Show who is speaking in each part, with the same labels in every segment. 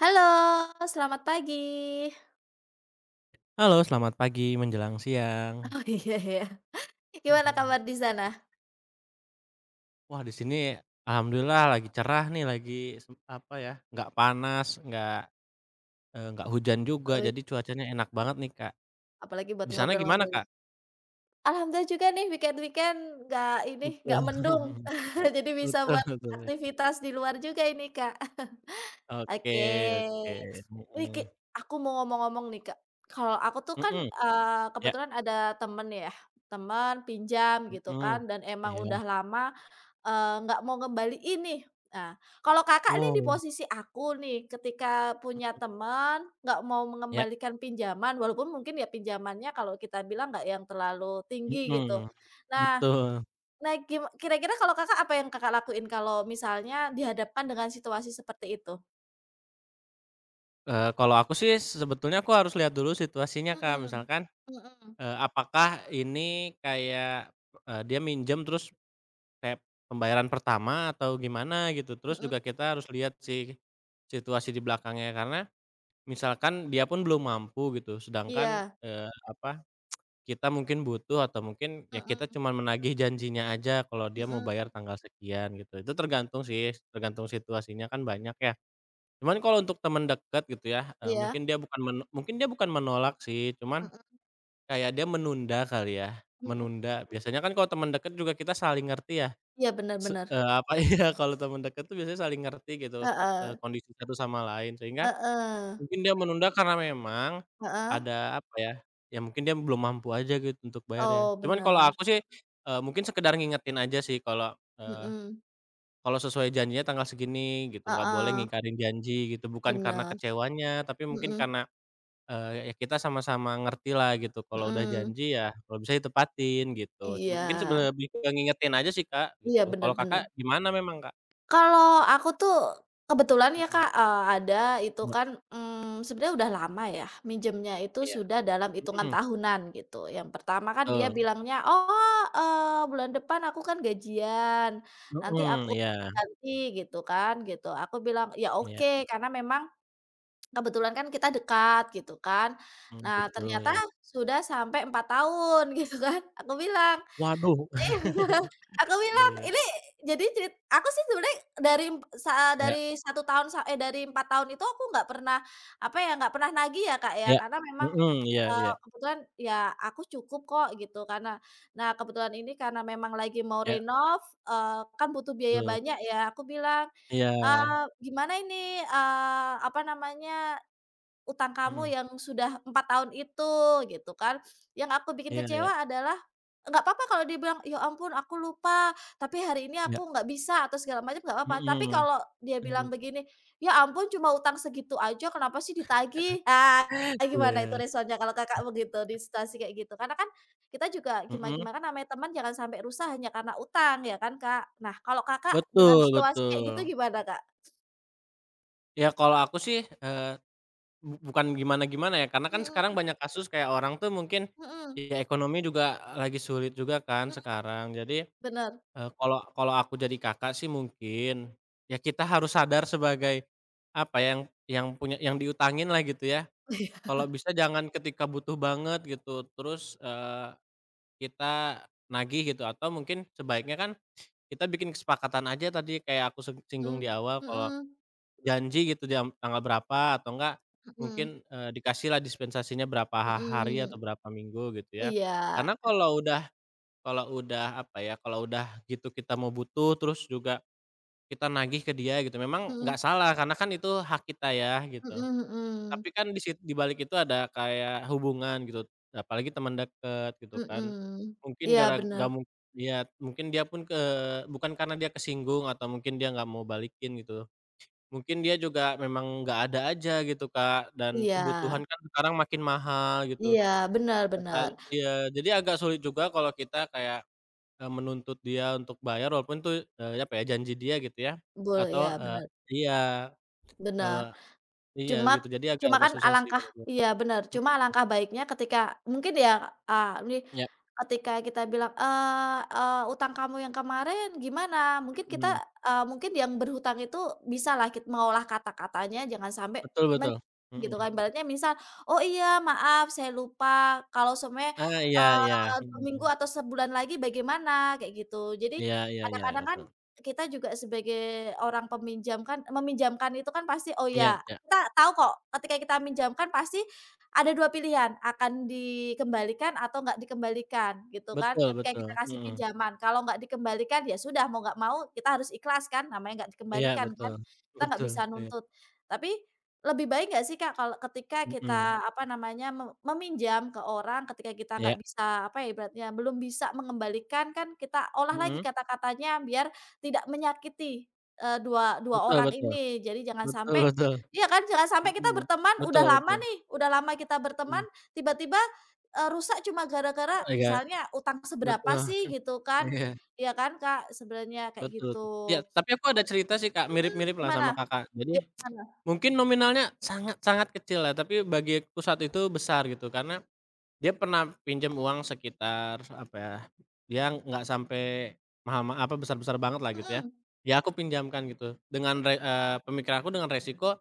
Speaker 1: Halo, selamat pagi.
Speaker 2: Halo, selamat pagi menjelang siang.
Speaker 1: Oh, iya ya. Gimana
Speaker 2: Mhm.
Speaker 1: kabar di sana?
Speaker 2: Wah, di sini alhamdulillah lagi cerah nih, lagi nggak panas, nggak hujan juga,
Speaker 1: Eee.
Speaker 2: jadi cuacanya enak banget nih, Kak.
Speaker 1: Apalagi buat
Speaker 2: Di sana gimana,
Speaker 1: ngobrol-ngobrol.
Speaker 2: Kak?
Speaker 1: Alhamdulillah juga nih weekend-weekend nggak
Speaker 2: Betul.
Speaker 1: mendung. Jadi bisa
Speaker 2: Betul
Speaker 1: buat
Speaker 2: betul.
Speaker 1: aktivitas di luar juga ini, Kak.
Speaker 2: Oke
Speaker 1: Oke.
Speaker 2: oke,
Speaker 1: Nih ki
Speaker 2: mhm.
Speaker 1: aku mau ngomong-ngomong nih, Kak. Kalau aku tuh kan,
Speaker 2: Mhm, ya,
Speaker 1: kebetulan ada temen ya, temen pinjam gitu
Speaker 2: mhm,
Speaker 1: kan dan emang
Speaker 2: iya.
Speaker 1: udah lama. Nggak mau ngembaliin nih. Nah, kalau Kakak nih di
Speaker 2: Oh,
Speaker 1: posisi aku nih, ketika punya teman nggak mau
Speaker 2: ya,
Speaker 1: mengembalikan pinjaman, walaupun mungkin ya pinjamannya kalau kita bilang nggak yang terlalu tinggi gitu.
Speaker 2: mhm,
Speaker 1: Nah
Speaker 2: betul.
Speaker 1: nah gim kira-kira kalau Kakak apa yang Kakak lakuin kalau misalnya dihadapkan dengan situasi seperti itu?
Speaker 2: Kalau aku sih sebetulnya aku harus lihat dulu situasinya, Kak,
Speaker 1: Mhm,
Speaker 2: misalkan
Speaker 1: mhm,
Speaker 2: Apakah ini kayak dia minjem terus kayak pembayaran pertama atau gimana gitu? Terus
Speaker 1: mhm,
Speaker 2: juga kita harus lihat sih situasi di belakangnya, karena misalkan dia pun belum mampu gitu, sedangkan,
Speaker 1: iya,
Speaker 2: kita mungkin butuh atau mungkin ya kita
Speaker 1: mhm,
Speaker 2: cuma menagih janjinya aja kalau dia mau
Speaker 1: mhm,
Speaker 2: bayar tanggal sekian gitu. Itu tergantung sih, tergantung situasinya kan banyak ya. Cuman kalau untuk teman dekat gitu ya,
Speaker 1: iya,
Speaker 2: mungkin dia bukan menolak sih, cuman
Speaker 1: mhm
Speaker 2: kayak dia menunda kali ya,
Speaker 1: mhm.
Speaker 2: menunda. Biasanya kan kalau teman dekat juga kita saling ngerti ya,
Speaker 1: Iya
Speaker 2: se
Speaker 1: benar-benar.
Speaker 2: eee, apa iya, kalau teman dekat tuh biasanya saling ngerti gitu,
Speaker 1: Heeh,
Speaker 2: kondisi satu sama lain. Sehingga
Speaker 1: heeh,
Speaker 2: mungkin dia menunda karena memang
Speaker 1: heeh.
Speaker 2: ada apa ya, ya mungkin dia belum mampu aja gitu untuk bayarnya.
Speaker 1: Oh
Speaker 2: Cuman kalau
Speaker 1: benar.
Speaker 2: aku sih, mungkin sekedar ngingetin aja sih kalau,
Speaker 1: Mhm,
Speaker 2: kalau sesuai janjinya tanggal segini gitu, nggak boleh
Speaker 1: heeh,
Speaker 2: ngingkarin janji gitu. Bukan karena
Speaker 1: bener,
Speaker 2: kecewanya, tapi mungkin
Speaker 1: mhm
Speaker 2: karena ya kita sama-sama ngerti lah gitu kalau udah
Speaker 1: mhm,
Speaker 2: janji ya kalau bisa ditepatin gitu, sebe
Speaker 1: iya
Speaker 2: mungkin sebe lebih ke ngingetin aja sih, Kak,
Speaker 1: iya,
Speaker 2: gitu.
Speaker 1: bener
Speaker 2: Kalau
Speaker 1: bener.
Speaker 2: Kakak gimana memang, Kak?
Speaker 1: Kalau aku tuh kebetulan ya
Speaker 2: Mhm.
Speaker 1: Kak, ada itu
Speaker 2: Iya.
Speaker 1: kan, sebenarnya udah lama ya, minjemnya itu
Speaker 2: Iya,
Speaker 1: sudah dalam hitungan
Speaker 2: mhm,
Speaker 1: tahunan gitu. Yang pertama kan dia
Speaker 2: betul,
Speaker 1: bilangnya, "Oh, bulan depan aku kan gajian, nanti
Speaker 2: mhm,
Speaker 1: aku
Speaker 2: iya
Speaker 1: ganti," gitu kan, gitu. Aku bilang, "Ya
Speaker 2: iya,
Speaker 1: oke," karena memang kebetulan kan kita dekat gitu kan.
Speaker 2: mmm,
Speaker 1: Nah
Speaker 2: gitu
Speaker 1: ternyata
Speaker 2: ya.
Speaker 1: sudah sampai 4 tahun gitu kan. Aku bilang
Speaker 2: Waduh.
Speaker 1: iya, aku
Speaker 2: Iya
Speaker 1: bilang
Speaker 2: iya.
Speaker 1: ini jadi aku sih sebenarnya dari emp sa
Speaker 2: Iya
Speaker 1: dari satu tahun sa eh, dari 4 tahun itu aku nggak pernah, apa ya, nggak pernah nagih ya, Kak, ya,
Speaker 2: iya,
Speaker 1: karena memang,
Speaker 2: mhm, iya iya,
Speaker 1: kebetulan ya aku cukup kok gitu karena nah kebetulan ini karena memang lagi mau
Speaker 2: iya,
Speaker 1: renov, kan butuh biaya
Speaker 2: betul.
Speaker 1: banyak ya, aku bilang,
Speaker 2: Iya,
Speaker 1: eee, "Gimana ini, apa namanya utang kamu
Speaker 2: mhm,
Speaker 1: yang sudah 4 tahun itu," gitu kan. Yang aku bikin
Speaker 2: iya iya,
Speaker 1: kecewa adalah nggak apa-apa kalau dia bilang, "Ya ampun aku lupa, tapi hari ini
Speaker 2: iya,
Speaker 1: aku nggak bisa," atau segala macam nggak apa-apa. Tapi
Speaker 2: mhm,
Speaker 1: kalau dia
Speaker 2: mmm,
Speaker 1: bilang begini, "Ya ampun cuma utang segitu aja kenapa sih ditagih?" Ah, gimana itu
Speaker 2: iya,
Speaker 1: responnya kalau Kakak begitu di situasi kayak gitu? Karena kan kita juga
Speaker 2: mhm,
Speaker 1: gimana-gimana kan namanya teman jangan sampai rusak hanya karena utang ya kan, Kak. Nah, kalau Kakak dengan
Speaker 2: betul
Speaker 1: situasi kayak gitu
Speaker 2: betul.
Speaker 1: gimana, Kak?
Speaker 2: Ya kalau aku sih, eee bukan gimana-gimana ya, karena kan sekarang
Speaker 1: Mhm
Speaker 2: banyak kasus kayak orang tuh mungkin,
Speaker 1: mhm
Speaker 2: ya ekonomi juga lagi sulit juga kan
Speaker 1: mhm,
Speaker 2: sekarang. Jadi,
Speaker 1: bener.
Speaker 2: kalau kalau aku jadi Kakak sih mungkin, ya kita harus sadar sebagai, apa ya, yang punya yang diutangin lah gitu ya. Kalau bisa jangan ketika butuh banget gitu, terus, kita nagih gitu, atau mungkin sebaiknya kan kita bikin kesepakatan aja tadi kayak aku seng singgung di
Speaker 1: Mhm,
Speaker 2: awal kalau
Speaker 1: mhm,
Speaker 2: janji gitu jam tanggal berapa atau enggak
Speaker 1: mhm,
Speaker 2: mungkin, dikasihlah dispensasinya berapa hari atau
Speaker 1: mhm,
Speaker 2: berapa minggu gitu ya.
Speaker 1: iya,
Speaker 2: Karena kalau udah kalau udah gitu kita mau butuh terus juga kita nagih ke dia gitu, memang
Speaker 1: mhm,
Speaker 2: nggak salah karena kan itu hak kita ya gitu.
Speaker 1: mhm
Speaker 2: Tapi kan di balik itu ada kayak hubungan gitu, apalagi teman dekat gitu
Speaker 1: mhm,
Speaker 2: kan.
Speaker 1: mhm,
Speaker 2: Mungkin
Speaker 1: iya
Speaker 2: gara
Speaker 1: bener,
Speaker 2: nggak mung iya, mungkin dia pun ke bukan karena dia kesinggung atau mungkin dia nggak mau balikin gitu. Mungkin dia juga memang nggak ada aja gitu, Kak, dan kebutuhan
Speaker 1: iya,
Speaker 2: kan sekarang makin mahal gitu,
Speaker 1: iya bener
Speaker 2: ya kan
Speaker 1: bener,
Speaker 2: iya, jadi agak sulit juga kalau kita kayak, menuntut dia untuk bayar walaupun itu, janji dia gitu ya, atau,
Speaker 1: iya bener
Speaker 2: iya,
Speaker 1: bener.
Speaker 2: eee, iya
Speaker 1: Cuma
Speaker 2: gitu, jadi
Speaker 1: cuma
Speaker 2: agak-agak
Speaker 1: kan
Speaker 2: susah sih
Speaker 1: alangkah
Speaker 2: kalau itu.
Speaker 1: Iya bener,
Speaker 2: Mhm,
Speaker 1: cuma alangkah baiknya ketika mungkin ya, ini
Speaker 2: iya,
Speaker 1: ketika kita bilang, eee eee, "Utang kamu yang kemarin gimana?" Mungkin kita,
Speaker 2: mhm,
Speaker 1: mungkin yang berhutang itu bisalah kita mengolah kata-katanya jangan sampai
Speaker 2: betul
Speaker 1: men
Speaker 2: betul, mhm.
Speaker 1: gitu kan. Ibaratnya misal, "Oh iya maaf saya lupa kalau sebenarnya,
Speaker 2: Ah, iya iya,
Speaker 1: 2 minggu
Speaker 2: mhm,
Speaker 1: atau sebulan lagi bagaimana?" Kayak gitu. Jadi
Speaker 2: iya iya iya,
Speaker 1: kadang-kadang kan
Speaker 2: betul.
Speaker 1: kita juga sebagai orang peminjam kan meminjamkan itu kan pasti, oh
Speaker 2: Iya
Speaker 1: ya
Speaker 2: iya,
Speaker 1: kita tahu kok ketika kita minjamkan pasti ada 2 pilihan, akan dikembalikan atau nggak dikembalikan, gitu kan,
Speaker 2: betul
Speaker 1: ketika kita
Speaker 2: betul,
Speaker 1: kasih
Speaker 2: mhm,
Speaker 1: pinjaman. Kalau nggak dikembalikan, ya sudah mau nggak mau kita harus ikhlas kan, namanya nggak
Speaker 2: iya
Speaker 1: dikembalikan
Speaker 2: betul,
Speaker 1: kan, kita nggak
Speaker 2: betul,
Speaker 1: bisa
Speaker 2: iya,
Speaker 1: nuntut. Tapi lebih baik nggak sih, Kak, kalau ketika
Speaker 2: mhm,
Speaker 1: kita, apa namanya, meminjam ke orang ketika kita nggak
Speaker 2: iya,
Speaker 1: bisa, apa ya, ibaratnya belum bisa mengembalikan kan kita olah lagi
Speaker 2: mhm?
Speaker 1: kata-katanya biar tidak menyakiti, dua dua
Speaker 2: Betul
Speaker 1: orang
Speaker 2: betul.
Speaker 1: ini. Jadi jangan
Speaker 2: Betul
Speaker 1: sampai
Speaker 2: betul.
Speaker 1: iya kan, jangan sampai kita
Speaker 2: Mhm.
Speaker 1: berteman udah
Speaker 2: Betul
Speaker 1: lama
Speaker 2: betul.
Speaker 1: nih, udah lama kita berteman,
Speaker 2: Mhm.
Speaker 1: tiba-tiba, rusak cuma gara-gara
Speaker 2: Oh iya,
Speaker 1: misalnya utang seberapa
Speaker 2: betul.
Speaker 1: sih gitu kan,
Speaker 2: Iya,
Speaker 1: iya kan, Kak, sebenarnya kayak
Speaker 2: betul. Iya,
Speaker 1: gitu.
Speaker 2: tapi aku ada cerita sih, Kak,
Speaker 1: Mhm,
Speaker 2: mirip-mirip lah
Speaker 1: gimana?
Speaker 2: sama Kakak.
Speaker 1: Iya
Speaker 2: Jadi,
Speaker 1: gimana?
Speaker 2: mungkin nominalnya sangat sangat kecil ya, tapi bagiku saat itu besar gitu, karena dia pernah pinjam uang sekitar apa ya, dia nggak sampai besar-besar banget lah gitu ya.
Speaker 1: Mhm,
Speaker 2: Ya aku pinjamkan gitu dengan pemikiran aku dengan resiko,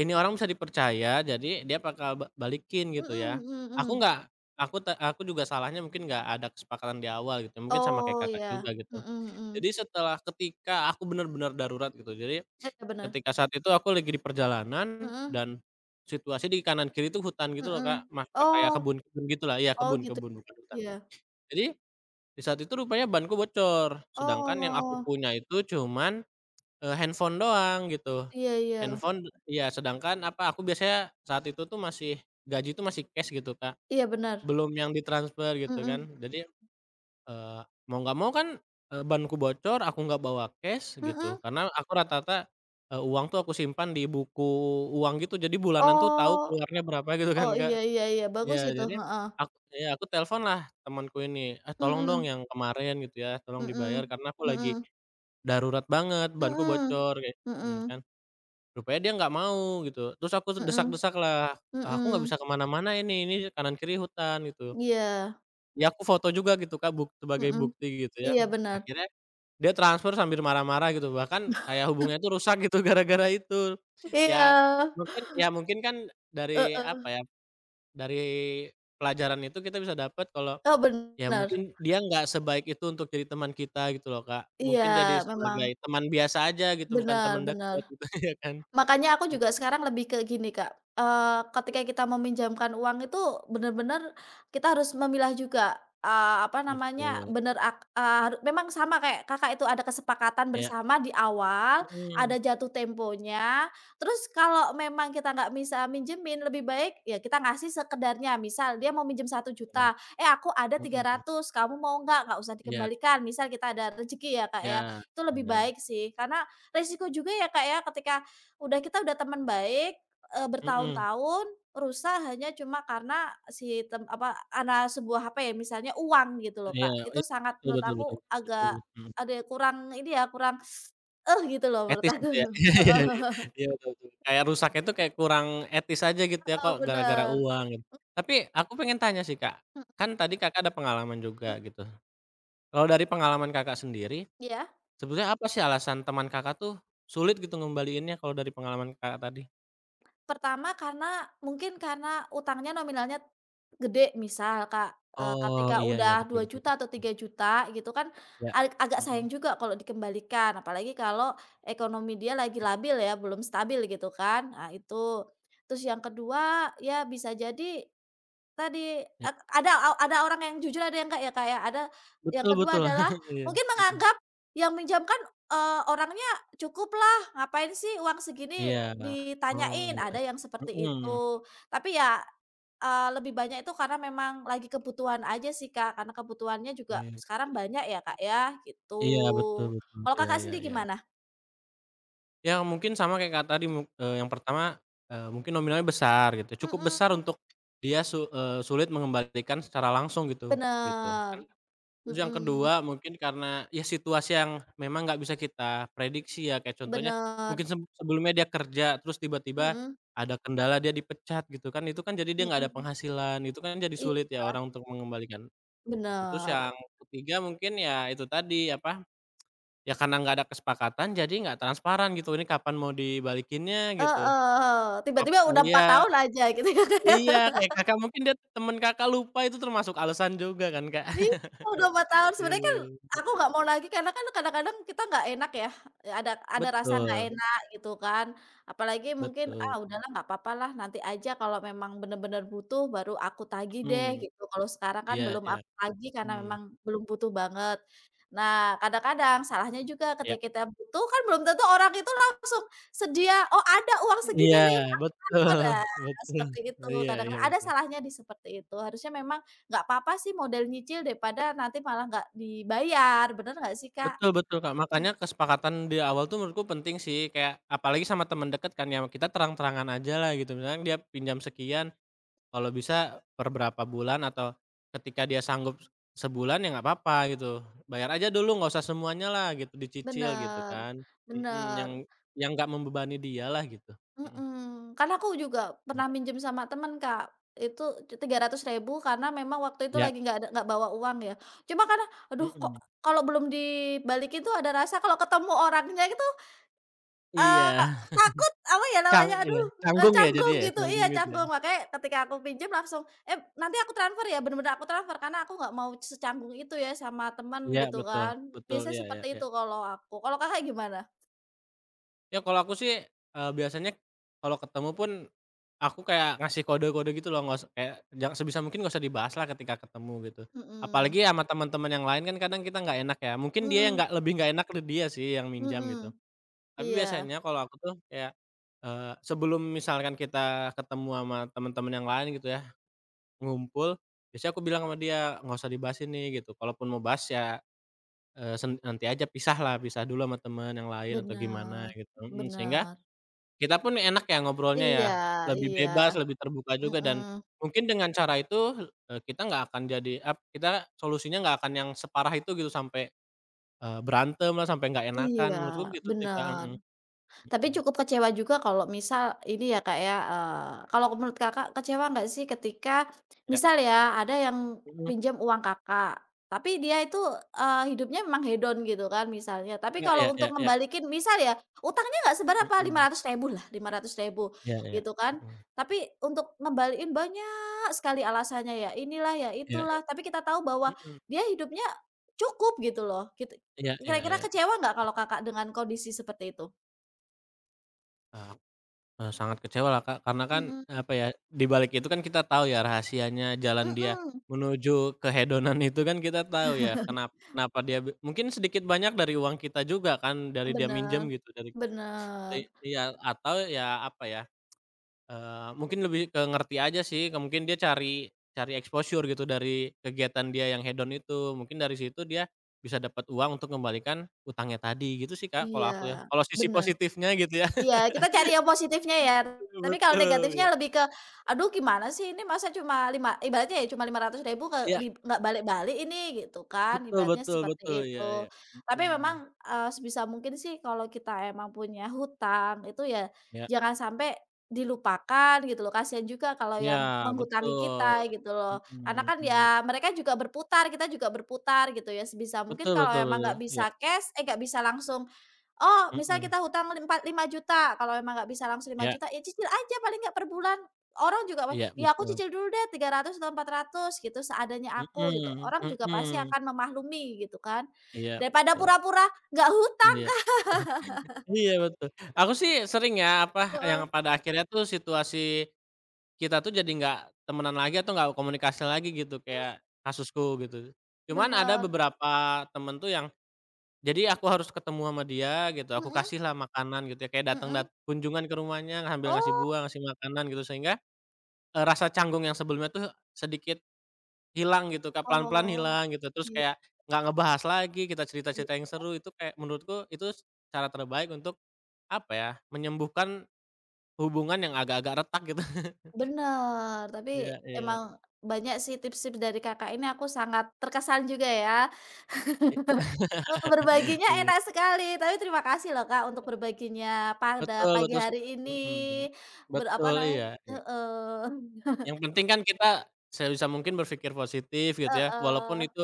Speaker 2: ini orang bisa dipercaya jadi dia bakal balikin gitu
Speaker 1: mhm
Speaker 2: ya.
Speaker 1: mhm mhm.
Speaker 2: Aku nggak aku juga salahnya mungkin nggak ada kesepakatan di awal gitu, mungkin sama kayak
Speaker 1: Oh
Speaker 2: Kakak
Speaker 1: iya,
Speaker 2: juga gitu.
Speaker 1: mhm mhm.
Speaker 2: Jadi ketika aku benar benar darurat gitu, jadi
Speaker 1: Iya iya, bener,
Speaker 2: ketika saat itu aku lagi di perjalanan
Speaker 1: mhm
Speaker 2: dan situasi di kanan kiri itu hutan gitu loh,
Speaker 1: mhm.
Speaker 2: Kak, mas kayak
Speaker 1: Oh
Speaker 2: kebun-kebun gitulah, iya
Speaker 1: oh gitu
Speaker 2: kebun-kebun bukan
Speaker 1: ya,
Speaker 2: hutan.
Speaker 1: iya.
Speaker 2: Jadi di saat itu rupanya banku bocor, sedangkan yang aku
Speaker 1: Oh,
Speaker 2: punya itu cuman, handphone doang gitu.
Speaker 1: iya iya,
Speaker 2: Handphone iya, sedangkan apa, aku biasanya saat itu tuh masih tuh masih cash gitu, Kak,
Speaker 1: iya bener,
Speaker 2: belum yang ditransfer gitu
Speaker 1: mhm
Speaker 2: kan. Jadi mau nggak mau kan, banku bocor, aku nggak bawa cash
Speaker 1: mhm,
Speaker 2: gitu,
Speaker 1: mhm,
Speaker 2: karena aku rata-rata, uang tuh aku simpan di uang gitu, jadi bulanan tuh tahu
Speaker 1: oh.
Speaker 2: keluarnya berapa gitu kan,
Speaker 1: Oh,
Speaker 2: Kak.
Speaker 1: iya iya iya,
Speaker 2: Iya,
Speaker 1: bagus itu,
Speaker 2: jadi
Speaker 1: heeh.
Speaker 2: iya, aku teleponlah temanku ini, "Eh, tolong dong
Speaker 1: Mhm,
Speaker 2: yang kemarin gitu ya, tolong dibayar
Speaker 1: mhm,
Speaker 2: karena aku lagi
Speaker 1: mhm,
Speaker 2: darurat banget, banku
Speaker 1: mhm,
Speaker 2: bocor," kayak mhm,
Speaker 1: mhm,
Speaker 2: kan. Rupanya dia nggak mau gitu, terus aku
Speaker 1: mhm,
Speaker 2: desak-desaklah, "Aku nggak
Speaker 1: mhm,
Speaker 2: bisa ke mana-mana ini kanan kiri hutan," gitu.
Speaker 1: iya,
Speaker 2: Ya aku foto juga gitu, Kak, sebagai
Speaker 1: mhm,
Speaker 2: bukti gitu ya.
Speaker 1: iya benar
Speaker 2: Akhirnya dia transfer sambil marah-marah gitu, bahkan kayak hubungannya itu rusak gitu gara-gara itu.
Speaker 1: iya,
Speaker 2: Ya ya mungkin kan dari apa
Speaker 1: heeh,
Speaker 2: ya, dari pelajaran itu kita bisa dapat kalau
Speaker 1: oh
Speaker 2: ya
Speaker 1: benar
Speaker 2: mungkin dia nggak sebaik itu untuk jadi teman kita gitu loh, Kak.
Speaker 1: iya
Speaker 2: Mungkin jadi
Speaker 1: memang,
Speaker 2: sebagai teman biasa aja gitu, bukan
Speaker 1: benar
Speaker 2: teman
Speaker 1: benar.
Speaker 2: dekat gitu ya kan.
Speaker 1: Makanya aku juga
Speaker 2: Mhm,
Speaker 1: sekarang lebih ke gini, Kak,
Speaker 2: iya.
Speaker 1: ketika kita meminjamkan uang itu bener-bener kita harus memilah juga, apa namanya,
Speaker 2: Betul.
Speaker 1: bener ak eee, haru memang sama kayak Kakak itu ada kesepakatan
Speaker 2: Iya.
Speaker 1: bersama di awal,
Speaker 2: Mhm.
Speaker 1: ada jatuh temponya, terus kalau memang kita nggak bisa minjemin, lebih baik ya kita ngasih sekedarnya. Misal dia mau minjem satu
Speaker 2: Iya.
Speaker 1: juta "Eh, aku ada tiga
Speaker 2: Mhm.
Speaker 1: ratus kamu mau nggak?" Nggak usah
Speaker 2: Iya.
Speaker 1: dikembalikan, misal kita ada rezeki ya, Kak,
Speaker 2: Iya.
Speaker 1: ya. Itu lebih
Speaker 2: Iya.
Speaker 1: baik sih, karena resiko juga ya, Kak, ya, ketika udah kita udah teman baik,
Speaker 2: Mhm.
Speaker 1: bertahun-tahun, rusak hanya cuma karena si tem apa, sebuah apa ya, misalnya uang gitu loh,
Speaker 2: Iya.
Speaker 1: Kak. Itu
Speaker 2: Iya.
Speaker 1: sangat
Speaker 2: Betul
Speaker 1: menurut
Speaker 2: betul betul.
Speaker 1: aku
Speaker 2: Betul.
Speaker 1: agak
Speaker 2: Mhm.
Speaker 1: ada kurang ini ya, kurang, eh, gitu loh menurut
Speaker 2: Etis
Speaker 1: aku.
Speaker 2: gitu ya? Iya iya iya.
Speaker 1: Heeh
Speaker 2: Iya, betul betul. Kayak rusaknya itu kayak kurang etis aja gitu ya,
Speaker 1: heeh,
Speaker 2: kok gara-gara
Speaker 1: bener.
Speaker 2: uang gitu. Tapi aku pengen tanya sih, Kak, kan tadi Kakak ada pengalaman
Speaker 1: Mhm,
Speaker 2: juga gitu. Kalau dari pengalaman Kakak sendiri,
Speaker 1: iya?
Speaker 2: sebenarnya apa sih alasan teman Kakak tuh sulit gitu ngembaliinnya kalau dari pengalaman Kakak tadi?
Speaker 1: Pertama karena mungkin karena utangnya nominalnya gede misal Kak,
Speaker 2: Oh,
Speaker 1: ketika
Speaker 2: iya iya,
Speaker 1: udah
Speaker 2: betul
Speaker 1: dua
Speaker 2: betul
Speaker 1: juta atau
Speaker 2: betul.
Speaker 1: 3.000.000 gitu kan
Speaker 2: Iya.
Speaker 1: agak sayang
Speaker 2: Mhm.
Speaker 1: juga kalau dikembalikan, apalagi kalau ekonomi dia lagi
Speaker 2: Iya
Speaker 1: labil ya, belum stabil gitu kan. Nah itu. Terus yang kedua, ya bisa jadi tadi,
Speaker 2: iya.
Speaker 1: ada ada orang yang jujur ada yang enggak ya, Kak, ya. Ada yang
Speaker 2: Betul
Speaker 1: kedua
Speaker 2: betul.
Speaker 1: adalah mungkin menganggap yang minjam kan, orangnya cukuplah, ngapain sih uang segini
Speaker 2: Iya. Mhm. Iya. Oh,
Speaker 1: ditanyain,
Speaker 2: iya.
Speaker 1: ada yang seperti itu.
Speaker 2: Mhm.
Speaker 1: Tapi ya, lebih banyak itu karena memang lagi kebutuhan aja sih, Kak, karena kebutuhannya juga
Speaker 2: Iya.
Speaker 1: sekarang banyak ya, Kak, ya,
Speaker 2: Iya,
Speaker 1: gitu.
Speaker 2: betul betul.
Speaker 1: Kalau
Speaker 2: Iya
Speaker 1: Kakak
Speaker 2: iya
Speaker 1: sendiri
Speaker 2: iya.
Speaker 1: gimana?
Speaker 2: Ya mungkin sama kayak Kakak tadi yang pertama, mungkin nominalnya besar gitu, cukup besar
Speaker 1: Mhm,
Speaker 2: untuk dia sulit mengembalikan secara langsung gitu, gitu kan.
Speaker 1: bener,
Speaker 2: Terus yang
Speaker 1: mhm,
Speaker 2: kedua mungkin karena ya situasi yang memang nggak bisa kita prediksi ya, kayak contohnya
Speaker 1: bener,
Speaker 2: mungkin sebelumnya dia kerja terus tiba-tiba
Speaker 1: mhm
Speaker 2: ada kendala dia dipecat gitu kan, itu kan jadi dia nggak ada
Speaker 1: mhm,
Speaker 2: penghasilan, itu kan jadi
Speaker 1: iya,
Speaker 2: sulit ya orang untuk mengembalikan. Itu. Terus
Speaker 1: bener.
Speaker 2: yang ketiga mungkin ya itu tadi, apa ya karena nggak ada kesepakatan jadi nggak transparan gitu, ini kapan mau dibalikinnya gitu.
Speaker 1: Heeh,
Speaker 2: Kap
Speaker 1: tiba-tiba udah 4
Speaker 2: iya
Speaker 1: tahun aja gitu ya.
Speaker 2: iya kayak Kakak mungkin temen Kakak lupa itu termasuk alasan juga kan, Kak.
Speaker 1: Iya, udah 4 tahun. Sebenarnya kan
Speaker 2: Iya.
Speaker 1: aku nggak mau lagi karena kan kadang-kadang kita nggak enak ya, ada rasa nggak
Speaker 2: Betul
Speaker 1: enak gitu kan. Apalagi mungkin,
Speaker 2: betul,
Speaker 1: "Ah, udahlah nggak apa-apa lah nanti aja kalau memang bener-bener butuh baru aku tagih deh,"
Speaker 2: mhm,
Speaker 1: gitu. Kalau sekarang kan
Speaker 2: iya
Speaker 1: belum
Speaker 2: iya,
Speaker 1: aku tagih karena
Speaker 2: mhm,
Speaker 1: memang belum butuh banget. Nah, kadang-kadang salahnya juga
Speaker 2: iya.
Speaker 1: ketika kita butuh kan belum tentu orang itu langsung sedia, "Oh, ada uang segini
Speaker 2: Iya
Speaker 1: nih, aku
Speaker 2: betul
Speaker 1: transfer." Nah,
Speaker 2: betul,
Speaker 1: seperti itu
Speaker 2: iya iya
Speaker 1: kadang-kadang ada
Speaker 2: betul.
Speaker 1: salahnya di seperti itu. Harusnya memang nggak apa-apa sih model nyicil daripada nanti malah nggak dibayar, bener nggak sih, Kak?
Speaker 2: Betul betul, Kak,
Speaker 1: Mmm.
Speaker 2: makanya kesepakatan di awal tuh menurutku penting sih kayak apalagi sama teman dekat kan ya, kita terang-terangan ajalah gitu, misalnya dia pinjam sekian kalau bisa per berapa bulan atau ketika dia sanggup sebulan ya nggak apa-apa gitu, bayar aja dulu nggak usah semuanya lah gitu, dicicil gitu
Speaker 1: Bener
Speaker 2: kan, mhm,
Speaker 1: bener,
Speaker 2: yang nggak membebani dia lah gitu, mhm,
Speaker 1: mhm. Karena aku juga pernah
Speaker 2: iya
Speaker 1: minjem sama temen, Kak, itu 300.000 karena memang waktu itu
Speaker 2: iya,
Speaker 1: lagi nggak ada nggak bawa uang ya. Cuma karena, aduh kok
Speaker 2: mhm,
Speaker 1: kalau belum dibalikin tuh ada rasa kalau ketemu orangnya itu Eee,
Speaker 2: iya,
Speaker 1: takut apa ya namanya,
Speaker 2: iya,
Speaker 1: aduh,
Speaker 2: canggung ya jadi
Speaker 1: canggung
Speaker 2: ya,
Speaker 1: gitu,
Speaker 2: canggung
Speaker 1: iya
Speaker 2: gitu ya?
Speaker 1: canggung. Makanya ketika aku pinjam langsung, "Eh, nanti aku transfer ya?" Bener-bener aku transfer karena aku nggak mau secanggung itu ya sama temen
Speaker 2: Iya
Speaker 1: gitu
Speaker 2: betul
Speaker 1: kan.
Speaker 2: betul,
Speaker 1: Biasanya
Speaker 2: iya iya
Speaker 1: seperti
Speaker 2: iya.
Speaker 1: itu kalau aku. Kalau Kakak gimana?
Speaker 2: Ya kalau aku sih, biasanya kalau ketemu pun, aku kayak ngasih kode-kode gitu loh, nggak us kayak ja sebisa mungkin nggak usah dibahas lah ketika ketemu gitu.
Speaker 1: Mhm.
Speaker 2: Apalagi sama teman-teman yang lain kan kadang kita nggak enak ya, mungkin dia yang
Speaker 1: Mhm
Speaker 2: nggak lebih nggak enak ke dia sih yang minjam
Speaker 1: mhm.
Speaker 2: gitu. Tapi
Speaker 1: Iya.
Speaker 2: biasanya kalau aku tuh kayak, sebelum misalkan kita ketemu sama teman-teman yang lain gitu ya, ngumpul, biasanya aku bilang sama dia, "Nggak usah dibahas ini," gitu. Kalaupun mau bahas ya, eee, sen nanti aja pisah lah, pisah dulu sama teman yang lain atau gimana
Speaker 1: Bener
Speaker 2: gitu, mhm, sehingga
Speaker 1: bener.
Speaker 2: kita pun enak ya ngobrolnya ya,
Speaker 1: Iya
Speaker 2: lebih
Speaker 1: iya.
Speaker 2: bebas, lebih terbuka juga dan
Speaker 1: Mhm.
Speaker 2: mungkin dengan cara itu, kita solusinya nggak akan yang separah itu gitu sampai, berantem lah, sampai nggak enakan,
Speaker 1: Iya,
Speaker 2: menurutku gitu sih, Kak,
Speaker 1: bener.
Speaker 2: mhm,
Speaker 1: Tapi cukup kecewa juga kalau misal ini ya, Kak, ya, kalau menurut Kakak kecewa nggak sih ketika
Speaker 2: ya,
Speaker 1: misal ya ada yang
Speaker 2: mhm,
Speaker 1: pinjam uang Kakak, tapi dia itu, hidupnya memang hedon gitu kan misalnya, tapi
Speaker 2: ya.
Speaker 1: kalau
Speaker 2: Ya ya.
Speaker 1: untuk
Speaker 2: Ya
Speaker 1: ngembalikin misal ya utangnya nggak seberapa lima
Speaker 2: mhm,
Speaker 1: ratus ribu lah, lima ratus ribu
Speaker 2: ya. Iya,
Speaker 1: gitu kan,
Speaker 2: mhm,
Speaker 1: tapi untuk ngembaliin banyak sekali alasannya, ya inilah, ya
Speaker 2: iya iya,
Speaker 1: itulah, tapi kita tahu bahwa
Speaker 2: mhm,
Speaker 1: dia hidupnya cukup gitu loh, gitu.
Speaker 2: iya iya
Speaker 1: Kira-kira
Speaker 2: iya,
Speaker 1: kecewa nggak kalau Kakak dengan kondisi seperti itu?
Speaker 2: eee Eee, sangat kecewa lah Kak, karena kan,
Speaker 1: Mhm
Speaker 2: apa ya, di balik itu kan kita tahu ya rahasianya jalan dia
Speaker 1: mhm,
Speaker 2: menuju kehedonan itu kan kita tahu ya, kenapa kenapa dia be mungkin sedikit banyak dari uang kita juga kan, dari dia
Speaker 1: bener
Speaker 2: minjem gitu, dari i
Speaker 1: bener,
Speaker 2: iya, atau ya, apa ya, mungkin lebih ke ngerti aja sih, ke mungkin dia cari cari exposure gitu dari kegiatan dia yang hedon itu, mungkin dari situ dia bisa dapat uang untuk mengembalikan utangnya tadi, gitu sih, Kak,
Speaker 1: iya,
Speaker 2: kalau aku ya, kalau sisi
Speaker 1: bener.
Speaker 2: positifnya gitu ya.
Speaker 1: Iya, kita cari yang positifnya ya. Tapi kalau
Speaker 2: Betul,
Speaker 1: negatifnya
Speaker 2: ya.
Speaker 1: lebih ke, "Aduh gimana sih ini masa cuma lima" ibaratnya ya cuma Rp500.000 ke
Speaker 2: Iya.
Speaker 1: di nggak balik-balik ini gitu kan,
Speaker 2: Betul
Speaker 1: ibaratnya
Speaker 2: betul
Speaker 1: seperti
Speaker 2: betul,
Speaker 1: itu.
Speaker 2: iya iya,
Speaker 1: Tapi memang,
Speaker 2: mhm,
Speaker 1: sebisa mungkin sih kalau kita emang punya hutang itu ya
Speaker 2: ya
Speaker 1: jangan sampai dilupakan gitu loh, kasihan juga kalau
Speaker 2: ya,
Speaker 1: yang menghutangi
Speaker 2: betul,
Speaker 1: kita gitu loh. Karena
Speaker 2: mhm
Speaker 1: kan
Speaker 2: mhm,
Speaker 1: ya mereka juga berputar, kita juga berputar gitu ya, sebisa mungkin
Speaker 2: betul
Speaker 1: kalau
Speaker 2: betul
Speaker 1: emang nggak
Speaker 2: betul, iya,
Speaker 1: bisa nggak bisa langsung oh, misal
Speaker 2: mhm,
Speaker 1: kita hutang empat 5.000.000, kalau memang nggak bisa langsung
Speaker 2: iya
Speaker 1: 5.000.000, ya cicil aja paling nggak per bulan. Orang juga, "Weh,
Speaker 2: iya,
Speaker 1: ya aku
Speaker 2: betul,
Speaker 1: cicil dulu deh 300 atau 400 gitu, seadanya aku," gitu.
Speaker 2: mhm
Speaker 1: Orang juga pasti
Speaker 2: mhm,
Speaker 1: akan memaklumi gitu kan,
Speaker 2: iya
Speaker 1: daripada
Speaker 2: betul,
Speaker 1: pura-pura nggak hutang
Speaker 2: iya iya, betul. Aku sih sering ya, apa, yang
Speaker 1: heeh,
Speaker 2: pada akhirnya tuh situasi kita tuh jadi nggak temenan lagi atau nggak komunikasi lagi gitu,
Speaker 1: mhm,
Speaker 2: kayak kasusku gitu. Cuman ada
Speaker 1: bener,
Speaker 2: beberapa temen tuh yang jadi aku harus ketemu sama dia gitu, aku
Speaker 1: mhm
Speaker 2: kasihlah makanan gitu ya, kayak datang
Speaker 1: mhm.
Speaker 2: dat kunjungan ke rumahnya sambil ngasih
Speaker 1: Oh
Speaker 2: buah, ngasih makanan gitu sehingga, rasa canggung yang sebelumnya tuh sedikit hilang gitu Kak, pelan-pelan
Speaker 1: oh,
Speaker 2: hilang gitu, terus
Speaker 1: iya
Speaker 2: kayak nggak ngebahas lagi, kita
Speaker 1: sih,
Speaker 2: cerita-cerita yang seru itu kayak menurutku itu cara terbaik untuk, apa ya, menyembuhkan hubungan yang agak-agak retak gitu.
Speaker 1: bener, tapi
Speaker 2: Iya iya,
Speaker 1: emang banyak sih tips-tips dari Kakak ini aku sangat terkesan juga ya.
Speaker 2: i
Speaker 1: Oh berbaginya
Speaker 2: iya,
Speaker 1: enak sekali, tapi terima kasih loh, Kak, untuk berbaginya pada
Speaker 2: betul
Speaker 1: pagi
Speaker 2: betul,
Speaker 1: hari ini,
Speaker 2: mhm,
Speaker 1: ber apa
Speaker 2: betul,
Speaker 1: namanya
Speaker 2: iya iya.
Speaker 1: heeh,
Speaker 2: Yang penting kan kita sebisa mungkin berpikir positif gitu ya,
Speaker 1: heeh,
Speaker 2: walaupun itu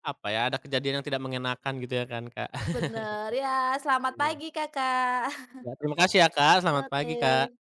Speaker 2: apa ya, ada kejadian yang tidak mengenakan gitu ya kan, Kak.
Speaker 1: bener. Ya, selamat
Speaker 2: Iya.
Speaker 1: pagi, Kakak.
Speaker 2: Ya terima kasih ya, Kak, selamat pagi, Kak.
Speaker 1: Oke.